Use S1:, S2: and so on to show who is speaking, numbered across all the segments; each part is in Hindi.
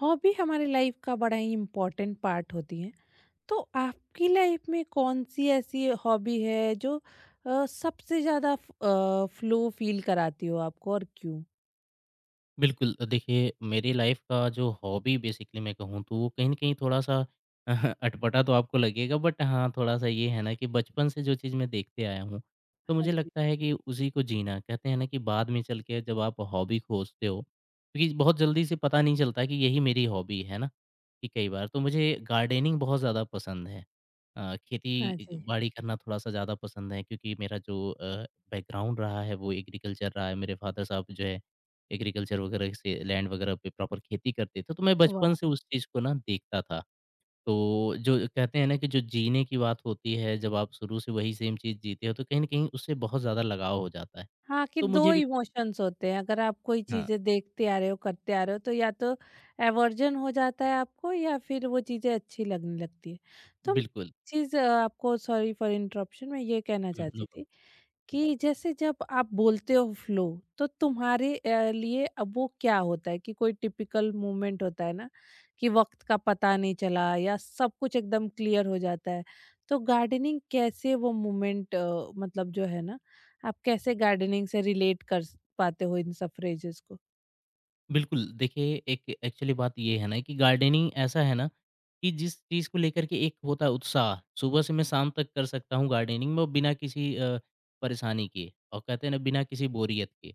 S1: हॉबी हमारे लाइफ का बड़ा ही इम्पोर्टेंट पार्ट होती है। तो आपकी लाइफ में कौन सी ऐसी हॉबी है जो सबसे ज्यादा फ्लो फील कराती हो आपको और क्यों?
S2: बिल्कुल, देखिए मेरी लाइफ़ का जो हॉबी बेसिकली मैं कहूँ तो वो कहीं न कहीं थोड़ा-सा अटपटा तो आपको लगेगा बट हाँ, थोड़ा-सा ये है ना कि बचपन से जो चीज़ मैं देखते आया हूँ, तो
S1: हाँ
S2: मुझे
S1: जी।
S2: लगता है कि उसी को जीना कहते हैं ना कि बाद में चल के जब आप हॉबी खोजते हो, क्योंकि बहुत जल्दी से पता नहीं चलता कि यही मेरी हॉबी है ना, कि कई बार तो मुझे गार्डनिंग बहुत ज़्यादा पसंद है।
S1: हाँ जी।
S2: खेती-बाड़ी करना थोड़ा-सा ज़्यादा पसंद है क्योंकि मेरा जो बैकग्राउंड रहा है वो एग्रीकल्चर रहा है, मेरे फ़ादर साहब जो है एग्रीकल्चर वगैरह से लैंड वगैरह पे प्रॉपर खेती करते थे, तो मैं बचपन से
S1: वाह।
S2: उस चीज़ को ना देखता था। तो जो कहते हैं ना कि जो जीने की बात होती है, जब आप शुरू से वही सेम चीज़ जीते हो, तो कहीं न कहीं उससे बहुत ज़्यादा लगाव हो जाता है।
S1: हाँ, कि
S2: तो
S1: 2
S2: मुझे भी
S1: इमोशंस होते हैं। अगर आप कोई
S2: हाँ,
S1: चीज़ें देखते आ रहे हो, करते आ रहे हो तो या तो एवर्जन हो जाता है आपको या फिर वो चीज़ें अच्छी लगने लगती है। तो मैं
S2: बिल्कुल।
S1: चीज़ आपको सॉरी फॉर इंटरप्शन मैं ये कहना
S2: हुँ, नो
S1: चाहती
S2: प्रॉब्लम।
S1: थी
S2: जी,
S1: कि जैसे जब आप बोलते हो फ्लो तो तुम्हारे लिए अब वो क्या होता है कि कोई टिपिकल मोमेंट होता है ना कि वक़्त का पता नहीं चला या सब कुछ एकदम क्लियर हो जाता है। तो गार्डनिंग कैसे वो मोमेंट मतलब जो है ना आप कैसे गार्डनिंग से रिलेट पाते हो इन सब फ्रेजेस को?
S2: बिल्कुल, देखिए एक एक्चुअली बात ये है ना कि गार्डनिंग ऐसा है ना कि जिस चीज़ को लेकर के एक होता है उत्साह, सुबह से मैं शाम तक कर सकता हूँ गार्डनिंग में और बिना किसी परेशानी के और कहते हैं ना बिना किसी बोरियत के।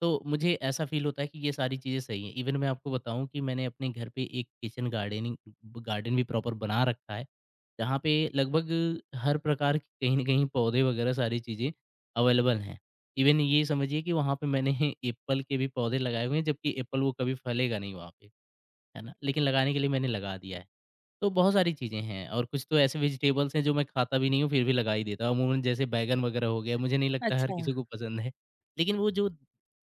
S2: तो मुझे ऐसा फ़ील होता है कि ये सारी चीज़ें सही हैं। इवन मैं आपको बताऊँ कि मैंने अपने घर पे एक किचन गार्डनिंग ब गार्डन भी प्रॉपर बना रखा है, जहाँ पे लगभग हर प्रकार के कहीं न कहीं पौधे वगैरह सारी चीज़ें अवेलेबल हैं। इवन ये समझिए कि वहाँ पे मैंने एप्पल के भी पौधे लगाए हुए हैं, जबकि एप्पल वो कभी फलेगा नहीं वहाँ पे, है ना? लेकिन लगाने के लिए मैंने लगा दिया है। तो बहुत सारी चीज़ें हैं और कुछ तो ऐसे वेजिटेबल्स हैं जो मैं खाता भी नहीं हूँ, फिर भी लगा ही देता हूँ। अमूमन जैसे बैंगन वगैरह हो गया, मुझे नहीं लगता हर
S1: अच्छा।
S2: किसी को पसंद है। लेकिन वो जो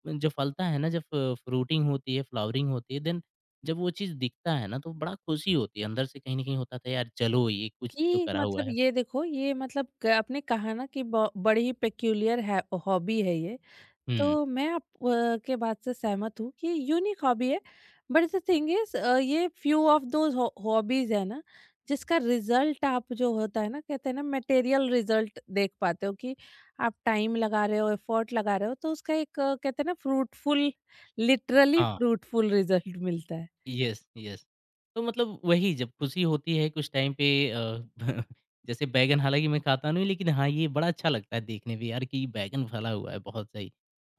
S2: जो फलता है ना, जब फ्रूटिंग होती है, फ्लावरिंग होती है, देन जब वो चीज़ दिखता है ना, तो बड़ा खुशी होती है। अंदर से कहीं न कहीं होता था, "यार चलो, ये कुछ तो
S1: कि
S2: करा हुआ
S1: मतलब
S2: है।"
S1: ये देखो ये आपने कहा ना कि बड़ी ही पेक्यूलियर है हॉबी है ये। तो
S2: हुँ।
S1: मैं आप के बात से सहमत हूँ कि यूनिक हॉबी है। बट द थिंग इज ये फ्यू ऑफ दोज हॉबीज है ना जिसका रिजल्ट आप जो होता है ना कहते हैं ना मटेरियल रिजल्ट देख पाते हो कि आप टाइम लगा रहे हो एफर्ट लगा रहे हो तो उसका एक कहते हैं ना फ्रूटफुल लिटरली
S2: हाँ।
S1: फ्रूटफुल रिजल्ट मिलता है।
S2: Yes, yes. तो मतलब वही जब खुशी होती है कुछ टाइम पे जैसे बैंगन हालाँकि मैं खाता नहीं हूँ लेकिन हाँ, ये बड़ा अच्छा लगता है देखने में यार कि बैंगन फला हुआ है बहुत सही।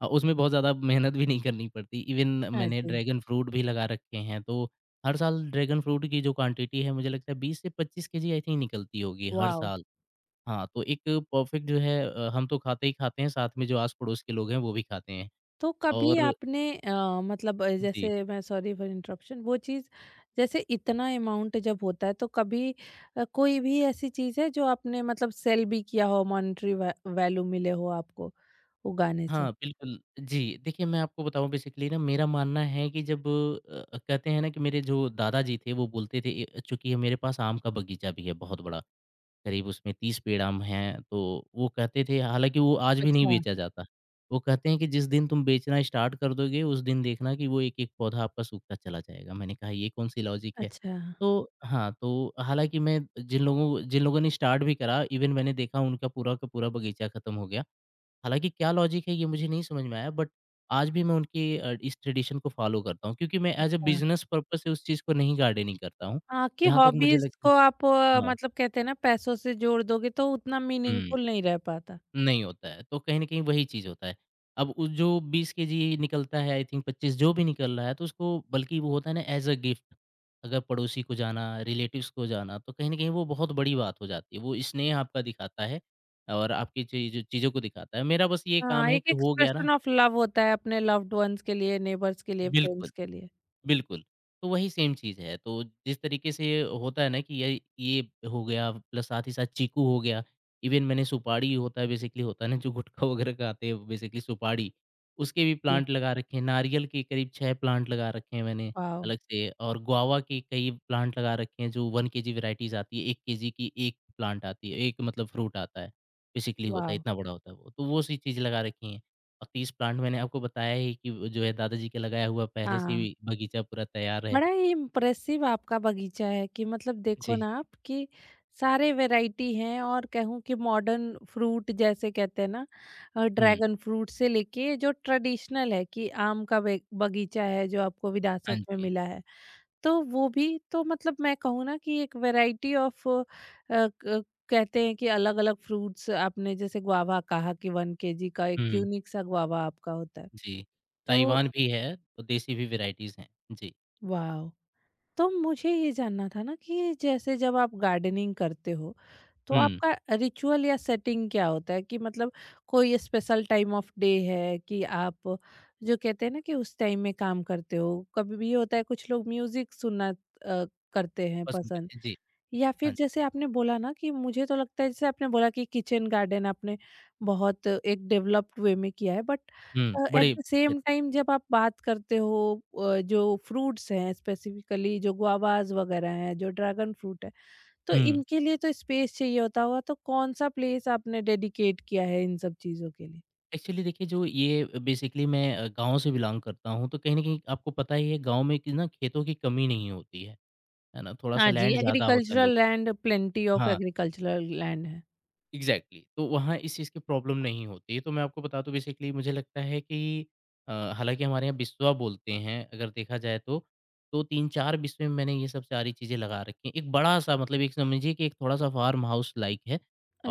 S2: उसमें बहुत ज़्यादा मेहनत भी नहीं करनी पड़ती। इवन
S1: हाँ
S2: मैंने
S1: जी।
S2: ड्रैगन फ्रूट भी लगा रखे हैं तो हर साल ड्रैगन फ्रूट की जो क्वांटिटी है मुझे लगता है 20 से 25 केजी आई थिंक निकलती होगी हर
S1: वाओ!
S2: साल। हाँ, तो एक परफेक्ट जो है हम तो खाते ही खाते हैं साथ में जो आस-पड़ोस के लोग हैं वो भी खाते हैं।
S1: तो कभी
S2: और
S1: आपने
S2: जी।
S1: जैसे मैं सॉरी फॉर इंटरप्शन वो चीज़ जैसे इतना अमाउंट जब होता है तो कभी कोई भी ऐसी चीज़ है जो आपने मतलब सेल भी किया हो मॉनेटरी वै वैल्यू मिले हो आपको वो गाने से?
S2: हाँ, बिल्कुल। जी, देखिए मैं आपको बताऊँ बेसिकली ना मेरा मानना है कि जब कहते हैं ना कि मेरे जो दादाजी थे वो बोलते थे ए चूँकि मेरे पास आम का बगीचा भी है बहुत बड़ा, करीब उसमें 30 पेड़ आम हैं, तो वो कहते थे हालाँकि वो आज भी नहीं
S1: अच्छा।
S2: बेचा जाता। वो कहते हैं कि जिस दिन तुम बेचना स्टार्ट कर दोगे उस दिन देखना कि वो एक-एक पौधा आपका सूखता चला जाएगा। मैंने कहा ये कौन-सी लॉजिक है?
S1: अच्छा।
S2: तो हाँ, तो हालाँकि मैं जिन लोगों ने स्टार्ट भी करा इवन मैंने देखा उनका पूरा का पूरा बगीचा खत्म हो गया। हालाँकि क्या लॉजिक है ये मुझे नहीं समझ में आया बट आज भी मैं उनकी इस ट्रेडिशन को फ़ॉलो करता हूँ क्योंकि मैं एज़ अ
S1: अच्छा।
S2: बिज़नेस पर्पज़ से उस चीज़ को नहीं गार्डनिंग करता हूँ।
S1: हाँ, कि
S2: जहाँ तक मुझे
S1: हॉबीज़
S2: लगता
S1: को
S2: है
S1: आप
S2: हाँ,
S1: मतलब कहते हैं ना पैसों से जोड़ दोगे तो उतना
S2: हुँ,
S1: मीनिंगफुल नहीं रह पाता।
S2: नहीं होता है तो कहीं न कहीं वही चीज़ होता है। अब उ जो 20 केजी निकलता है आई थिंक 25 जो भी निकल रहा है तो उसको बल्कि वो होता है ना एज़ अ गिफ्ट अगर पड़ोसी को जाना, रिलेटिव्स को जाना तो कहीं न कहीं वो बहुत बड़ी बात हो जाती है। वो स्नेह आपका दिखाता है और आपकी चीज़ों को दिखाता है। मेरा बस ये काम
S1: हाँ,
S2: है
S1: एक
S2: कि हो गया ना
S1: एक्सप्रेशन ऑफ लव होता है अपने लव्ड वन्स के लिए, नेबर्स के लिए,
S2: बिल्कुल।
S1: फ्रेंड्स के लिए।
S2: बिल्कुल, तो वही सेम चीज़ है। तो जिस तरीके से होता है ना कि ये हो गया प्लस साथ ही साथ चीकू हो गया, इवन मैंने सुपारी होता है बेसिकली होता है ना जो गुटखा वगैरह खाते हैं बेसिकली सुपारी, उसके भी
S1: जी।
S2: प्लांट लगा रखे हैं। नारियल के करीब 6 प्लांट लगा रखे हैं मैंने
S1: वाओ!
S2: अलग से और गुआवा के कई प्लांट लगा रखे हैं जो 1 केजी वैराइटीज़ आती है, 1 केजी की 1 प्लांट आती है, 1 मतलब फ्रूट आता है, बेसिकली होता है
S1: वाओ!
S2: इतना बड़ा होता है वो। तो वो सी चीज़ लगा रखी हैं। और 30 प्लांट मैंने आपको बताया ही कि वो जो है दादाजी के लगाया हुआ पहले से
S1: हाँ,
S2: ही बगीचा पूरा तैयार है।
S1: बड़ा ही इम्प्रेसिव आपका बगीचा है कि मतलब देखो
S2: जी।
S1: ना आप कि सारे वैरायटी हैं और कहूँ कि मॉडर्न फ्रूट जैसे कहते हैं ना
S2: हुँ,
S1: ड्रैगन फ्रूट से लेके जो ट्रेडिशनल है कि आम का बे बगीचा है जो आपको
S2: हाँ
S1: विरासत में
S2: जी।
S1: मिला है। तो वो भी तो मतलब मैं कहूँ ना कि एक वैरायटी ऑफ क कहते हैं कि अलग-अलग फ्रूट्स आपने जैसे गुआवा कहा कि 1 केजी का एक
S2: हुँ,
S1: यूनिक सा गुआवा आपका होता है।
S2: जी।
S1: तो
S2: ताइवान भी है और देसी भी वैराइटीज़ हैं। जी,
S1: वाओ! तो मुझे ये जानना था ना कि जैसे जब आप गार्डनिंग करते हो तो
S2: हुँ,
S1: आपका रिचुअल या सेटिंग क्या होता है कि मतलब कोई स्पेशल टाइम ऑफ डे है कि आप जो कहते हैं ना कि उस टाइम में काम करते हो कभी भी ये होता है कुछ लोग म्यूजिक सुनना करते हैं
S2: पसंद
S1: पसंद
S2: करते हैं। जी,
S1: या
S2: हाँ
S1: फिर
S2: जी।
S1: जैसे आपने बोला ना कि मुझे तो लगता है जैसे आपने बोला कि किचन गार्डन आपने बहुत एक डेवलप्ड वे में किया है बट
S2: हुँ,
S1: एट
S2: बड़े
S1: द
S2: अच्छे
S1: सेम टाइम जब आप बात करते हो जो फ्रूट्स हैं स्पेसिफिकली जो गुआवाज वगैरह हैं जो ड्रैगन फ्रूट है तो
S2: हुँ,
S1: इनके लिए तो स्पेस चाहिए होता होगा तो कौन सा प्लेस आपने डेडिकेट किया है इन सब चीज़ों के लिए?
S2: एक्चुअली देखिए जो ये बेसिकली मैं गाँव से बिलॉन्ग करता हूँ तो कहीं न कहीं आपको पता ही है गाँव में कि ना खेतों की कमी नहीं होती है। है ना? थोड़ा-सा
S1: हाँ जी,
S2: लैंड ज़्यादा होता है
S1: एग्रीकल्चरल
S2: लोगों
S1: लैंड, प्लेंटी ऑफ
S2: हाँ।
S1: एग्रीकल्चरल लैंड है।
S2: Exactly exactly. तो वहाँ इस चीज़ की प्रॉब्लम नहीं होती है। तो मैं आपको बता दूँ बेसिकली मुझे लगता है कि हालांकि हमारे यहाँ बिस्वा बोलते हैं अगर देखा जाए तो तीन चार बिस्वे में मैंने ये सब सारी चीज़ें लगा रखी हैं। एक बड़ा सा मतलब एक समझिए कि एक थोड़ा सा फार्म हाउस लाइक है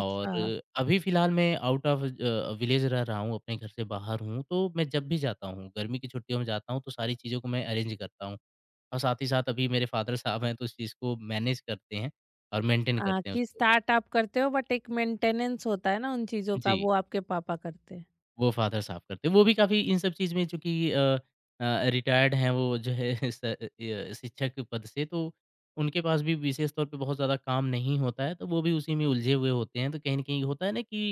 S2: और अभी फ़िलहाल मैं आउट ऑफ विलेज रह रहा हूँ, अपने घर से बाहर हूँ। तो मैं जब भी जाता हूँ, गर्मी की छुट्टियों में जाता हूँ तो सारी चीज़ों को मैं अरेंज करता हूँ और साथ ही साथ अभी मेरे फादर साहब हैं तो उस चीज़ को मैनेज करते हैं और मेंटेन
S1: हाँ,
S2: करते हैं
S1: कि
S2: उसको।
S1: स्टार्ट आप करते हो बट एक मेंटेनेंस होता है ना उन चीज़ों का
S2: जी।
S1: वो आपके पापा करते हैं।
S2: वो फ़ादर साफ़ करते हैं। वो भी काफ़ी इन सब चीज़ में चूँकि रिटायर्ड हैं वो जो है स य शिक्षक पद से, तो उनके पास भी विशेष तौर पे बहुत ज़्यादा काम नहीं होता है, तो वो भी उसी में उलझे हुए होते हैं। तो कहीं न कहीं होता है ना कि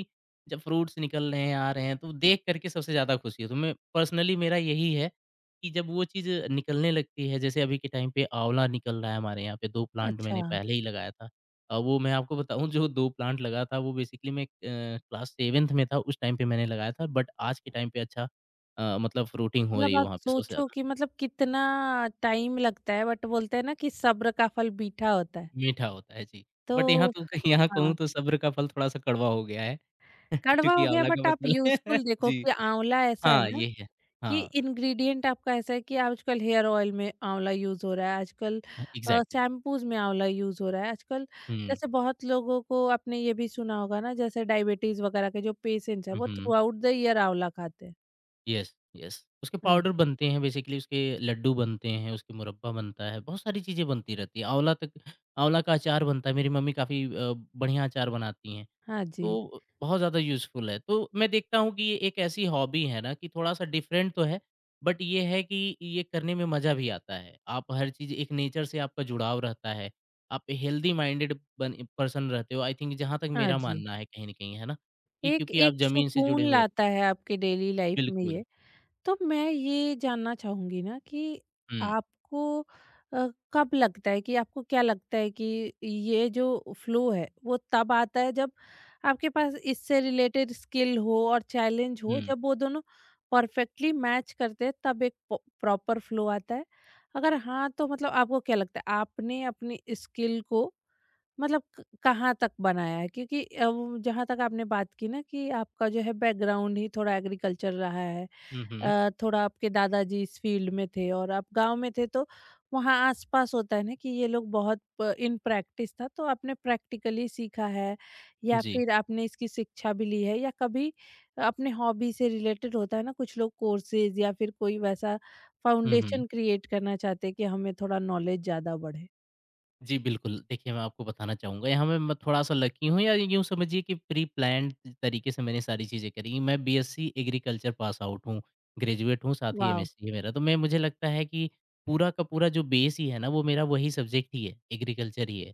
S2: जब फ्रूट्स निकल रहे हैं, आ रहे हैं, तो देख कर के सबसे ज़्यादा खुशी होती है। तो मैं पर्सनली मेरा यही है कि जब वो चीज़ निकलने लगती है, जैसे अभी के टाइम पे आँवला निकल रहा है हमारे यहाँ पे, 2 प्लांट
S1: अच्छा।
S2: मैंने पहले ही लगाया था। वो मैं आपको बताऊँ जो 2 प्लांट लगा था वो बेसिकली मैं क्लास 7th में था उस टाइम पे मैंने लगाया था बट आज के टाइम पे अच्छा मतलब फ्रूटिंग हो रही
S1: मतलब
S2: है
S1: आप
S2: वहाँ पे सबसे
S1: सोचो
S2: ज़्यादा।
S1: कि मतलब कितना टाइम लगता है बट बोलते हैं ना कि सब्र का फल मीठा होता है।
S2: मीठा होता है, जी। बट यहाँ
S1: तो
S2: तो कहीं यहाँ कहूँ
S1: हाँ,
S2: तो सब्र का फल थोड़ा-सा कड़वा हो गया है
S1: कड़वा
S2: क्योंकि
S1: हो गया
S2: आँवला का
S1: बट आप
S2: फसल
S1: यूज़फुल देखो
S2: जी।
S1: कि आंवला ऐसा है
S2: हाँ,
S1: ना
S2: ये है।
S1: कि
S2: हाँ,
S1: इंग्रेडिएंट आपका ऐसा है कि आजकल हेयर ऑयल में आंवला यूज़ हो रहा है, आजकल
S2: एग्ज़ैक्टली।
S1: शैम्पूज़ में आंवला यूज़ हो रहा है, आजकल
S2: हुँ।
S1: जैसे बहुत लोगों को आपने ये भी सुना होगा ना जैसे डायबिटीज़ वगैरह के जो पेशेंट्स हैं
S2: हुँ,
S1: वो
S2: हुँ।
S1: थ्रू आउट द ईयर आंवला खाते हैं।
S2: Yes, yes. उसके
S1: हाँ
S2: पाउडर
S1: जी।
S2: बनते हैं बेसिकली उसके लड्डू बनते हैं, उसके मुरब्बा बनता है, बहुत सारी चीज़ें बनती रहती है। आँवला तक आँवला का अचार बनता है, मेरी मम्मी काफ़ी बढ़िया अचार बनाती हैं,
S1: हाँ जी।
S2: तो बहुत ज़्यादा यूज़फुल है। तो मैं देखता हूँ कि ये एक ऐसी हॉबी है ना कि थोड़ा-सा डिफरेंट तो है, बट ये है कि ये करने में मज़ा भी आता है। आप हर चीज़ एक नेचर से आपका जुड़ाव रहता है, आप हेल्दी माइंडेड बन पर्सन रहते हो आई थिंक जहाँ तक
S1: हाँ
S2: मेरा
S1: जी।
S2: मानना है कहीं न कहीं, है ना? कि
S1: एक
S2: क्योंकि आप
S1: एक
S2: ज़मीन से जुड़े
S1: सुकून
S2: हुए होते
S1: लाता
S2: हो।
S1: है आपके डेली लाइफ में
S2: बिल्कुल।
S1: ये। तो मैं ये जानना चाहूंगी ना कि
S2: हुँ,
S1: आपको अ, कब लगता है कि आपको क्या लगता है कि ये जो फ्लो है वो तब आता है जब आपके पास इससे रिलेटेड स्किल हो और चैलेंज हो
S2: हुँ।
S1: जब वो दोनों परफेक्टली मैच करते हैं तब एक प्रॉपर फ्लो आता है। अगर हाँ तो मतलब आपको क्या लगता है आपने अपनी स्किल को कहाँ तक बनाया है क्योंकि वो जहाँ तक आपने बात की ना कि आपका जो है बैकग्राउंड ही थोड़ा एग्रीकल्चर रहा है।
S2: हुँ, हुँ।
S1: थोड़ा आपके दादाजी इस फील्ड में थे और आप गांव में थे तो वहाँ आसपास होता है ना कि ये लोग बहुत इन प्रैक्टिस था तो आपने प्रैक्टिकली सीखा है या
S2: जी।
S1: फिर आपने इसकी शिक्षा भी ली है या कभी अपने हॉबी से रिलेटेड होता है ना कुछ लोग कोर्सेज या फिर कोई वैसा
S2: हुँ, हुँ।
S1: फाउंडेशन क्रिएट करना चाहते हैं कि हमें थोड़ा नॉलेज ज़्यादा बढ़े।
S2: जी, बिल्कुल। देखिए, मैं आपको बताना चाहूँगा, यहाँ मैं थोड़ा-सा लकी हूँ या यूँ समझिए कि प्री प्लान्ड तरीके से मैंने सारी चीज़ें करी हैं। मैं बीएससी एग्रीकल्चर पास आउट हूँ, ग्रेजुएट हूँ, साथ ही
S1: वाह।
S2: एमएससी है मेरा। तो मैं मुझे लगता है कि पूरा का पूरा जो बेस ही है ना, वो मेरा वही सब्जेक्ट ही है, एग्रीकल्चर ही है।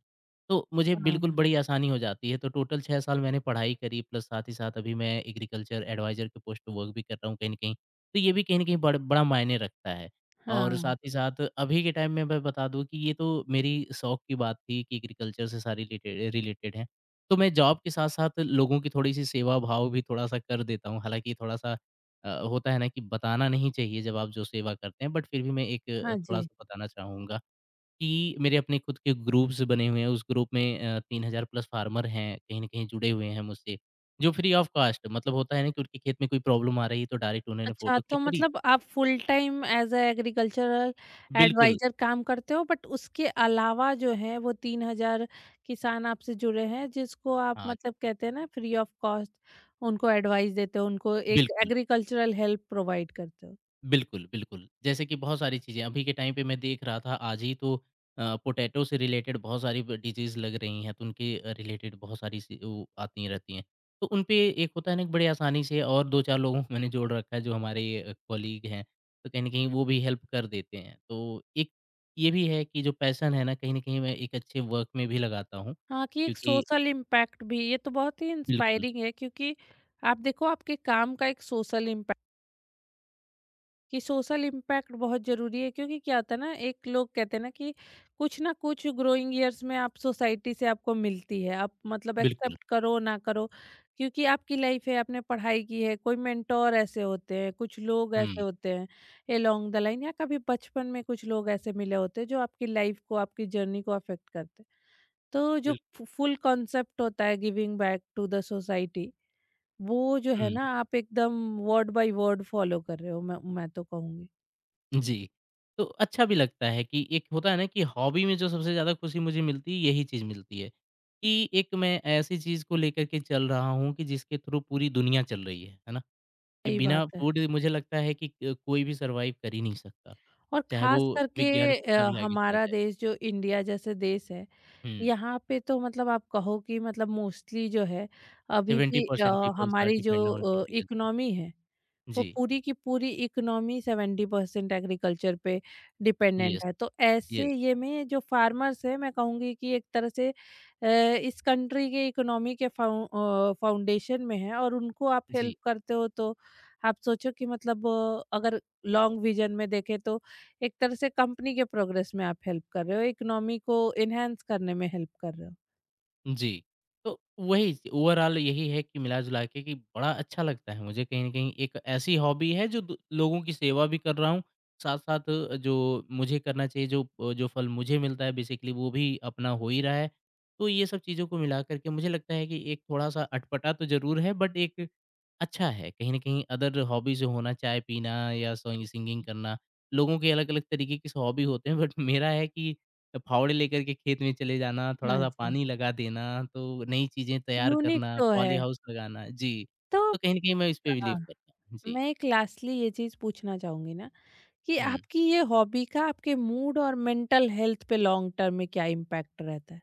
S2: तो मुझे बिल्कुल
S1: हाँ।
S2: बड़ी आसानी हो जाती है। तो टोटल 6 साल मैंने पढ़ाई करी, प्लस साथ ही साथ अभी मैं एग्रीकल्चर एडवाइज़र के पोस्ट पे वर्क भी कर रहा हूँ कहीं न कहीं। तो ये भी कहीं न कहीं बड़ा मायने रखता है। और साथ
S1: हाँ।
S2: ही साथ अभी के टाइम में मैं बता दूँ कि ये तो मेरी शौक की बात थी कि एग्रीकल्चर से सारी रिलेटेड रिलेटेड है। तो मैं जॉब के साथ-साथ लोगों की थोड़ी-सी सेवा भाव भी थोड़ा-सा कर देता हूँ। हालाँकि थोड़ा-सा होता है ना कि बताना नहीं चाहिए जब आप जो सेवा करते हैं, बट फिर भी मैं एक
S1: हाँ जी।
S2: थोड़ा-सा बताना चाहूँगा कि मेरे अपने खुद के ग्रुप्स बने हुए हैं। उस ग्रुप में 3,000 प्लस फार्मर हैं, कहीं न कहीं जुड़े हुए हैं मुझसे, जो फ्री ऑफ कॉस्ट मतलब होता है ना कि उनके खेत में कोई प्रॉब्लम आ रही है, तो डायरेक्ट उन्होंने
S1: अच्छा,
S2: फ़ोटो
S1: तो
S2: क्लिक करी।
S1: मतलब आप full time as a agricultural
S2: बिल्कुल,
S1: एडवाइज़र काम करते हो बट उसके अलावा जो है वो 3,000 किसान आपसे जुड़े हैं जिसको आप
S2: हाँ,
S1: मतलब कहते हैं ना फ्री ऑफ कॉस्ट उनको एडवाइस देते हो, उनको एक
S2: बिल्कुल।
S1: एग्रीकल्चरल हेल्प प्रोवाइड करते हो।
S2: बिल्कुल, बिल्कुल। जैसे कि बहुत सारी चीज़ें अभी के टाइम पे मैं देख रहा था आज ही तो पोटैटो से रिलेटेड बहुत सारी ब डिज़ीज़ लग रही हैं, तो उनके रिलेटेड बहुत सारी सी वो आती रहती हैं। तो उन पे एक होता है ना कि बड़े आसानी से और 2-4 लोगों को मैंने जोड़ रखा है जो हमारे कॉलीग हैं, तो कहीं न कहीं वो भी हेल्प कर देते हैं। तो एक ये भी है कि जो पैशन है ना, कहीं न कहीं मैं एक अच्छे वर्क में भी लगाता हूँ,
S1: हाँ, कि एक
S2: क्योंकि
S1: सोशल इम्पैक्ट भी ये तो बहुत ही
S2: बिल्कुल,
S1: इंस्पायरिंग है क्योंकि आप देखो आपके काम का एक सोशल इम्पैक्ट कि सोशल इम्पैक्ट बहुत ज़रूरी है क्योंकि क्या होता है ना एक लोग कहते हैं ना कि कुछ ना कुछ ग्रोइंग ईयर्स में आप सोसाइटी से आपको मिलती है आप मतलब
S2: बिल्कुल।
S1: एक्सेप्ट करो ना करो क्योंकि आपकी लाइफ है आपने पढ़ाई की है कोई मेंटोर ऐसे होते हैं कुछ लोग
S2: हुँ,
S1: ऐसे होते हैं अलोंग द लाइन या कभी बचपन में कुछ लोग ऐसे मिले होते हैं जो आपकी लाइफ को आपकी जर्नी को अफेक्ट करते हैं तो जो
S2: बिल
S1: फुल कॉन्सेप्ट होता है giving back to the society वो जो है
S2: हुँ।
S1: ना आप एकदम वर्ड बाय वर्ड फॉलो कर रहे हो, मैं तो कहूँगी।
S2: जी। तो अच्छा भी लगता है कि एक होता है ना कि हॉबी में जो सबसे ज़्यादा खुशी मुझे मिलती है यही चीज़ मिलती है, कि एक मैं ऐसी चीज़ को लेकर के चल रहा हूँ कि जिसके थ्रू पूरी दुनिया चल रही है ना? कि
S1: सही बात
S2: बिना
S1: है।
S2: फूड मुझे लगता है कि कोई भी सर्वाइव कर ही नहीं सकता,
S1: और
S2: चाहे वो
S1: खास करके
S2: विज्ञान कितना भी आगे चला
S1: हमारा
S2: जाए।
S1: देश जो इंडिया जैसे देश है,
S2: हुँ,
S1: यहाँ पे तो मतलब आप कहो कि मतलब मोस्टली जो है अभी भी
S2: 70% पीपल्स आर
S1: हमारी
S2: डिपेंड ऑन
S1: जो
S2: एग्रीकल्चर।
S1: इकोनॉमी है वो
S2: जी,
S1: पूरी की पूरी इकोनॉमी सेवेंटी परसेंट एग्रीकल्चर पे डिपेंडेंट
S2: येस,
S1: है तो
S2: येस।
S1: ऐसे ये में जो फार्मर्स है मैं कहूँगी कि एक तरह से अ, इस कंट्री के इकोनॉमी के फाउंडेशन में है और उनको आप
S2: जी।
S1: हेल्प करते हो तो आप सोचो कि अगर लॉन्ग विजन में देखें तो एक तरह से कंपनी के प्रोग्रेस में आप हेल्प कर रहे हो, इकोनॉमी को एनहांस करने में हेल्प कर रहे हो।
S2: जी। तो वही ओवरऑल यही है कि मिला-जुला के कि बड़ा अच्छा लगता है मुझे कहीं न कहीं एक ऐसी हॉबी है जो दू लोगों की सेवा भी कर रहा हूँ, साथ-साथ जो मुझे करना चाहिए जो फल मुझे मिलता है बेसिकली वो भी अपना हो ही रहा है। तो ये सब चीज़ों को मिला कर के मुझे लगता है कि एक थोड़ा-सा अटपटा तो ज़रूर है बट एक अच्छा है, कहीं न कहीं अदर हॉबीज़ जो होना चाय पीना या सोंग सिंगिंग करना, लोगों के अलग-अलग तरीके की हॉबी होते हैं बट मेरा है कि तो फावड़े लेकर के खेत में चले जाना,
S1: हाँ
S2: थोड़ा-सा
S1: जी,
S2: पानी लगा देना, तो नई चीज़ें तैयार
S1: यूनिक
S2: करना,
S1: तो है।
S2: पॉली हाउस लगाना। जी,
S1: तो
S2: तो कहीं न कहीं मैं इसपे बिलीव
S1: हाँ,
S2: करता हूँ। जी,
S1: मैं एक लास्टली ये चीज़ पूछना चाहूँगी ना कि
S2: हुँ।
S1: आपकी ये हॉबी का आपके मूड और मेंटल हेल्थ पे लॉन्ग टर्म में क्या इम्पैक्ट रहता है?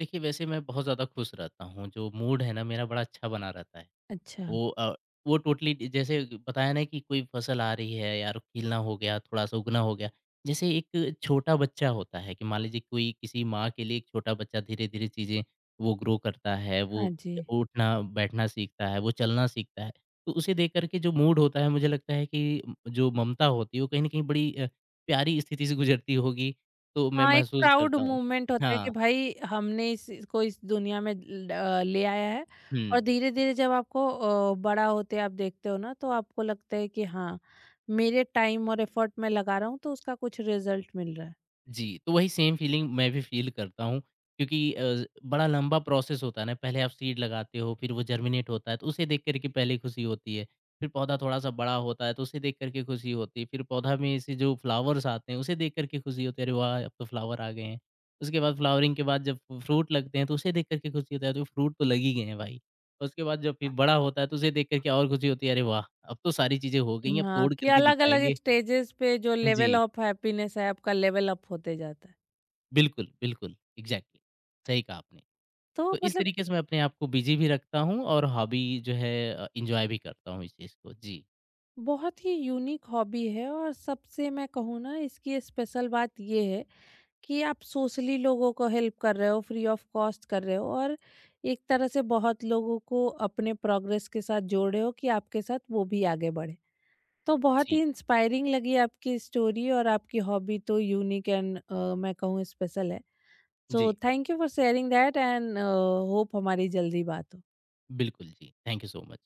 S2: देखिए, वैसे मैं बहुत ज़्यादा खुश रहता हूँ, जो मूड है ना, मेरा बड़ा अच्छा बना रहता है।
S1: अच्छा।
S2: वो अ, वो टोटली ड जैसे बताया ना कि कोई फ़सल आ रही है या खिलना हो गया, थोड़ा-सा उगना हो गया। जैसे एक छोटा बच्चा होता है कि मान लीजिए कोई किसी माँ के लिए एक छोटा बच्चा धीरे-धीरे चीज़ें वो ग्रो करता है,
S1: हाँ
S2: वो
S1: जी।
S2: उठना-बैठना सीखता है, वो चलना सीखता है। तो उसे देख कर के जो मूड होता है मुझे लगता है कि जो ममता होती है वो कहीं न कहीं बड़ी प्यारी स्थिति से गुज़रती होगी, तो मैं
S1: हाँ, एक
S2: महसूस
S1: प्राउड
S2: करता हूँ।
S1: मूवमेंट होता है कि
S2: हाँ,
S1: भाई हमने इस इसको इस दुनिया में ले आया है। और
S2: हुँ।
S1: धीरे-धीरे जब आपको बड़ा होते आप देखते हो ना तो आपको लगता है कि हाँ, मेरे टाइम और एफर्ट मैं लगा रहा हूँ तो उसका कुछ रिजल्ट मिल रहा है।
S2: जी, तो वही सेम फीलिंग मैं भी फ़ील करता हूँ क्योंकि बड़ा लंबा प्रोसेस होता है ना, पहले आप सीड लगाते हो, फिर वो जर्मिनेट होता है, तो उसे देख कर के पहले खुशी होती है। फिर पौधा थोड़ा-सा बड़ा होता है, तो उसे देख कर के खुशी होती है। फिर पौधा में से जो फ्लावर्स आते हैं, उसे देख कर के खुशी होती है, अरे वाह! अब तो फ्लावर आ गए हैं। उसके बाद फ्लावरिंग के बाद जब फ्रूट लगते हैं, तो उसे देख कर के खुशी होता है, तो फ्रूट तो लग ही गए हैं भाई। उसके बाद जब फिर बड़ा होता है, तो उसे देख कर के और खुशी होती है, अरे वाह! अब तो सारी चीज़ें हो गई हैं, अब
S1: हाँ,
S2: तोड़
S1: कि
S2: कर के
S1: अलग-अलग
S2: दिखाएँगे।
S1: स्टेजेस पे जो लेवल
S2: जी।
S1: ऑफ हैप्पीनेस है आपका लेवल अप होते जाता है।
S2: बिल्कुल, बिल्कुल, एग्ज़ैक्टली, सही कहा आपने।
S1: तो
S2: तो इस
S1: मतलब
S2: तरीके से मैं अपने आप को बिज़ी भी रखता हूँ और हॉबी जो है एन्जॉय भी करता हूँ इस चीज़ को। जी,
S1: बहुत ही यूनिक हॉबी है और सबसे मैं कहूँ ना इसकी स्पेशल बात ये है कि आप सोशली लोगों को हेल्प कर रहे हो फ्री ऑफ कॉस्ट कर रहे हो और एक तरह से बहुत लोगों को अपने प्रोग्रेस के साथ जोड़ रहे हो कि आपके साथ वो भी आगे बढ़े तो बहुत
S2: जी,
S1: ही इंस्पायरिंग लगी आपकी स्टोरी और आपकी हॉबी तो यूनिक एंड मैं कहूँ स्पेशल है। सो
S2: जी,
S1: thank you for sharing that and hope हमारी जल्दी बात हो।
S2: बिल्कुल जी। Thank you so much.